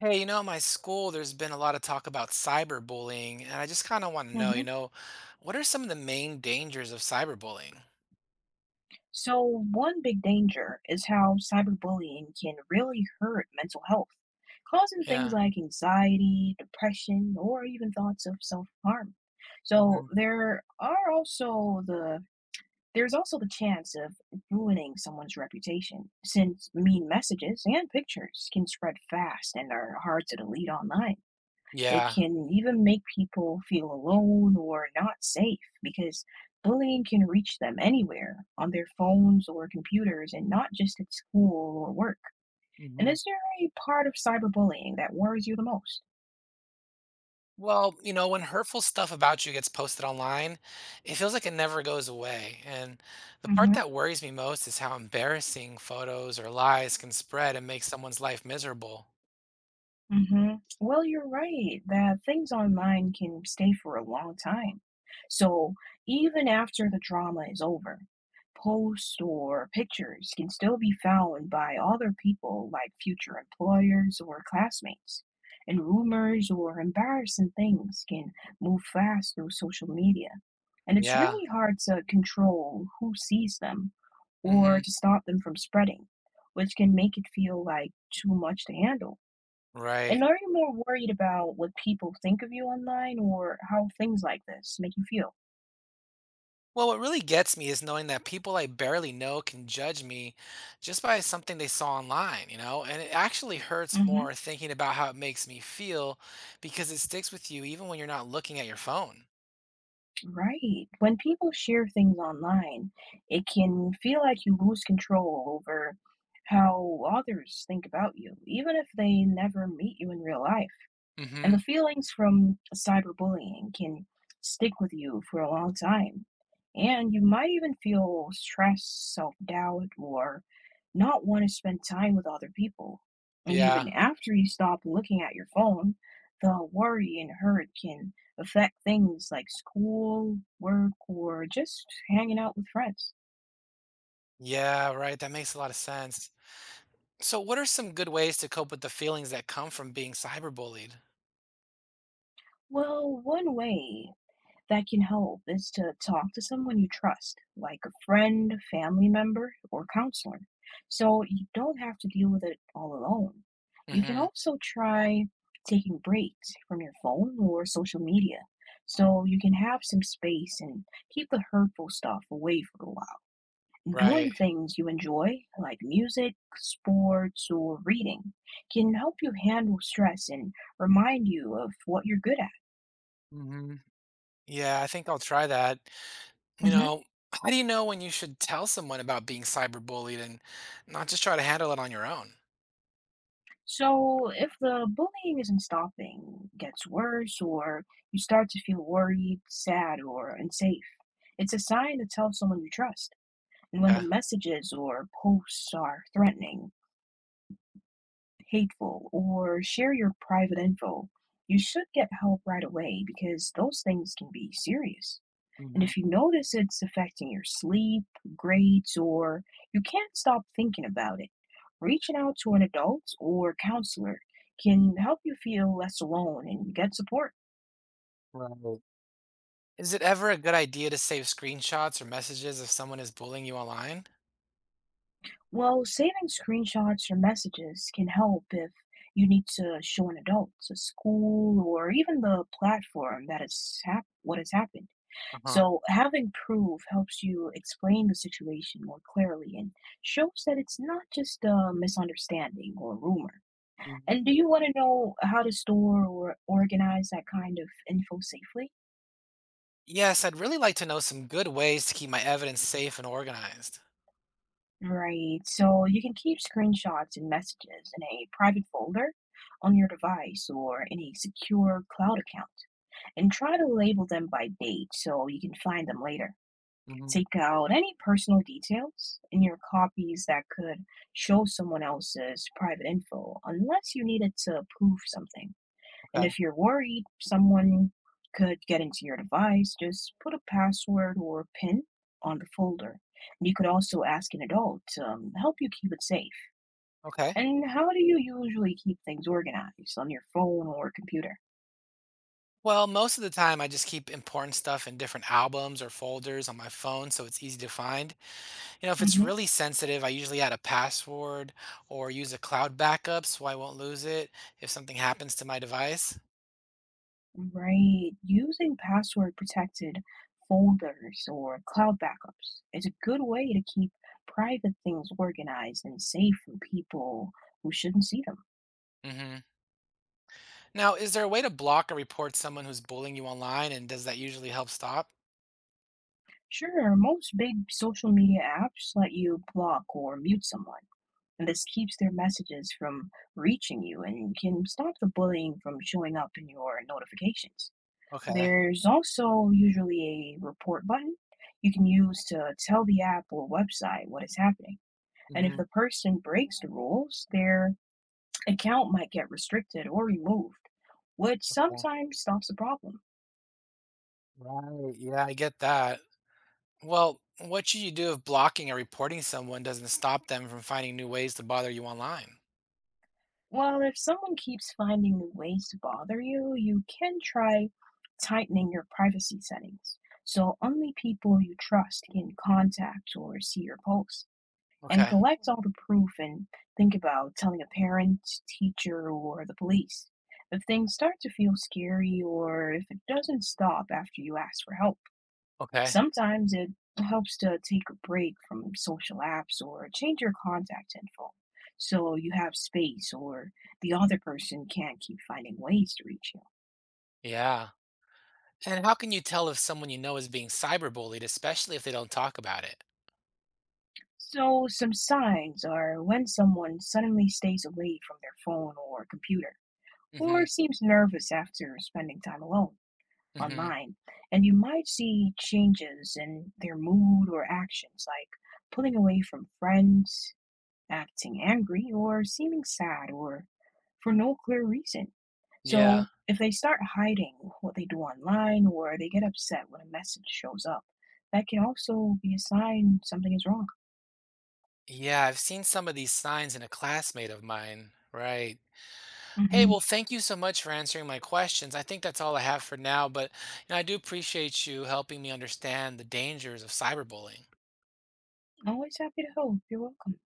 Hey, at my school, there's been a lot of talk about cyberbullying, and I just kind of want to know, Mhm. What are some of the main dangers of cyberbullying? So, one big danger is how cyberbullying can really hurt mental health, causing things Yeah. like anxiety, depression, or even thoughts of self-harm. Hmm. So, there are also the there's also the chance of ruining someone's reputation, since mean messages and pictures can spread fast and are hard to delete online. It Yeah. can even make people feel alone or not safe because bullying can reach them anywhere on their phones or computers and not just at school or work. And Hmm. is there a part of cyberbullying that worries you the most? Well, when hurtful stuff about you gets posted online, it feels like it never goes away. And the part that worries me most is how embarrassing photos or lies can spread and make someone's life miserable. Mhm. Well, you're right that things online can stay for a long time. So even after the drama is over, posts or pictures can still be found by other people like future employers or classmates. And rumors or embarrassing things can move fast through social media. And it's Yeah. really hard to control who sees them Hmm. or to stop them from spreading, which can make it feel like too much to handle. And Right. are you more worried about what people think of you online or how things like this make you feel? Well, what really gets me is knowing that people I barely know can judge me just by something they saw online, you know? And it actually hurts Hmm. more thinking about how it makes me feel because it sticks with you even when you're not looking at your phone. Right. When people share things online, it can feel like you lose control over how others think about you, even if they never meet you in real life. Hmm. And the feelings from cyberbullying can stick with you for a long time. And you might even feel stress, self doubt, or not want to spend time with other people. And Yeah. even after you stop looking at your phone, the worry and hurt can affect things like school, work, or just hanging out with friends. Yeah, right. That makes a lot of sense. So, what are some good ways to cope with the feelings that come from being cyberbullied? Well, one way that can help is to talk to someone you trust, like a friend, family member, or counselor. So you don't have to deal with it all alone. You can Hmm. also try taking breaks from your phone or social media so you can have some space and keep the hurtful stuff away for a while. Doing Right. things you enjoy, like music, sports, or reading, can help you handle stress and remind you of what you're good at. Hmm. Yeah, I think I'll try that. You Mhm. know, how do you know when you should tell someone about being cyberbullied and not just try to handle it on your own? So, if the bullying isn't stopping, gets worse, or you start to feel worried, sad, or unsafe, it's a sign to tell someone you trust. And when the Yeah. messages or posts are threatening, hateful, or share your private info, you should get help right away because those things can be serious. And Hmm. if you notice it's affecting your sleep, grades, or you can't stop thinking about it, reaching out to an adult or counselor can help you feel less alone and get support. Right. Is it ever a good idea to save screenshots or messages if someone is bullying you online? Well, saving screenshots or messages can help if you need to show an adult, a school, or even the platform that what has happened. Uh-huh. So, having proof helps you explain the situation more clearly and shows that it's not just a misunderstanding or rumor. Mhm. And do you wanna know how to store or organize that kind of info safely? Yes, I'd really like to know some good ways to keep my evidence safe and organized. Right. So you can keep screenshots and messages in a private folder on your device or in a secure cloud account. And try to label them by date so you can find them later. Hmm. Take out any personal details in your copies that could show someone else's private info unless you need it to prove something. And Okay. if you're worried someone could get into your device, just put a password or PIN on the folder. And you could also ask an adult to help you keep it safe. Okay. And how do you usually keep things organized on your phone or computer? Well, most of the time I just keep important stuff in different albums or folders on my phone so it's easy to find. If it's Hmm. really sensitive, I usually add a password or use a cloud backup so I won't lose it if something happens to my device. Right, using password protected folders or cloud backups is a good way to keep private things organized and safe from people who shouldn't see them. Hmm. Now, is there a way to block or report someone who's bullying you online, and does that usually help stop? Sure, most big social media apps let you block or mute someone, and this keeps their messages from reaching you and can stop the bullying from showing up in your notifications. Okay. There's also usually a report button you can use to tell the app or website what is happening. And if Hmm. the person breaks the rules, their account might get restricted or removed, which Okay. sometimes stops the problem. Right. Yeah, I get that. Well, what should you do if blocking or reporting someone doesn't stop them from finding new ways to bother you online? Well, if someone keeps finding new ways to bother you, you can try tightening your privacy settings. So only people you trust can contact or see your posts. And Okay. collect all the proof and think about telling a parent, teacher, or the police. If things start to feel scary or if it doesn't stop after you ask for help, Okay. sometimes it helps to take a break from social apps or change your contact info so you have space or the other person can't keep finding ways to reach you. Yeah. And how can you tell if someone you know is being cyberbullied, especially if they don't talk about it? So, some signs are when someone suddenly stays away from their phone or computer or Mm-hmm. seems nervous after spending time alone Mm-hmm. online. And you might see changes in their mood or actions like pulling away from friends, acting angry or seeming sad or for no clear reason. Yeah. So if they start hiding what they do online or they get upset when a message shows up, that can also be a sign something is wrong. Yeah, I've seen some of these signs in a classmate of mine. Right. Hey, Hmm. well, thank you so much for answering my questions. I think that's all I have for now, but I do appreciate you helping me understand the dangers of cyberbullying. Always happy to help. You're welcome.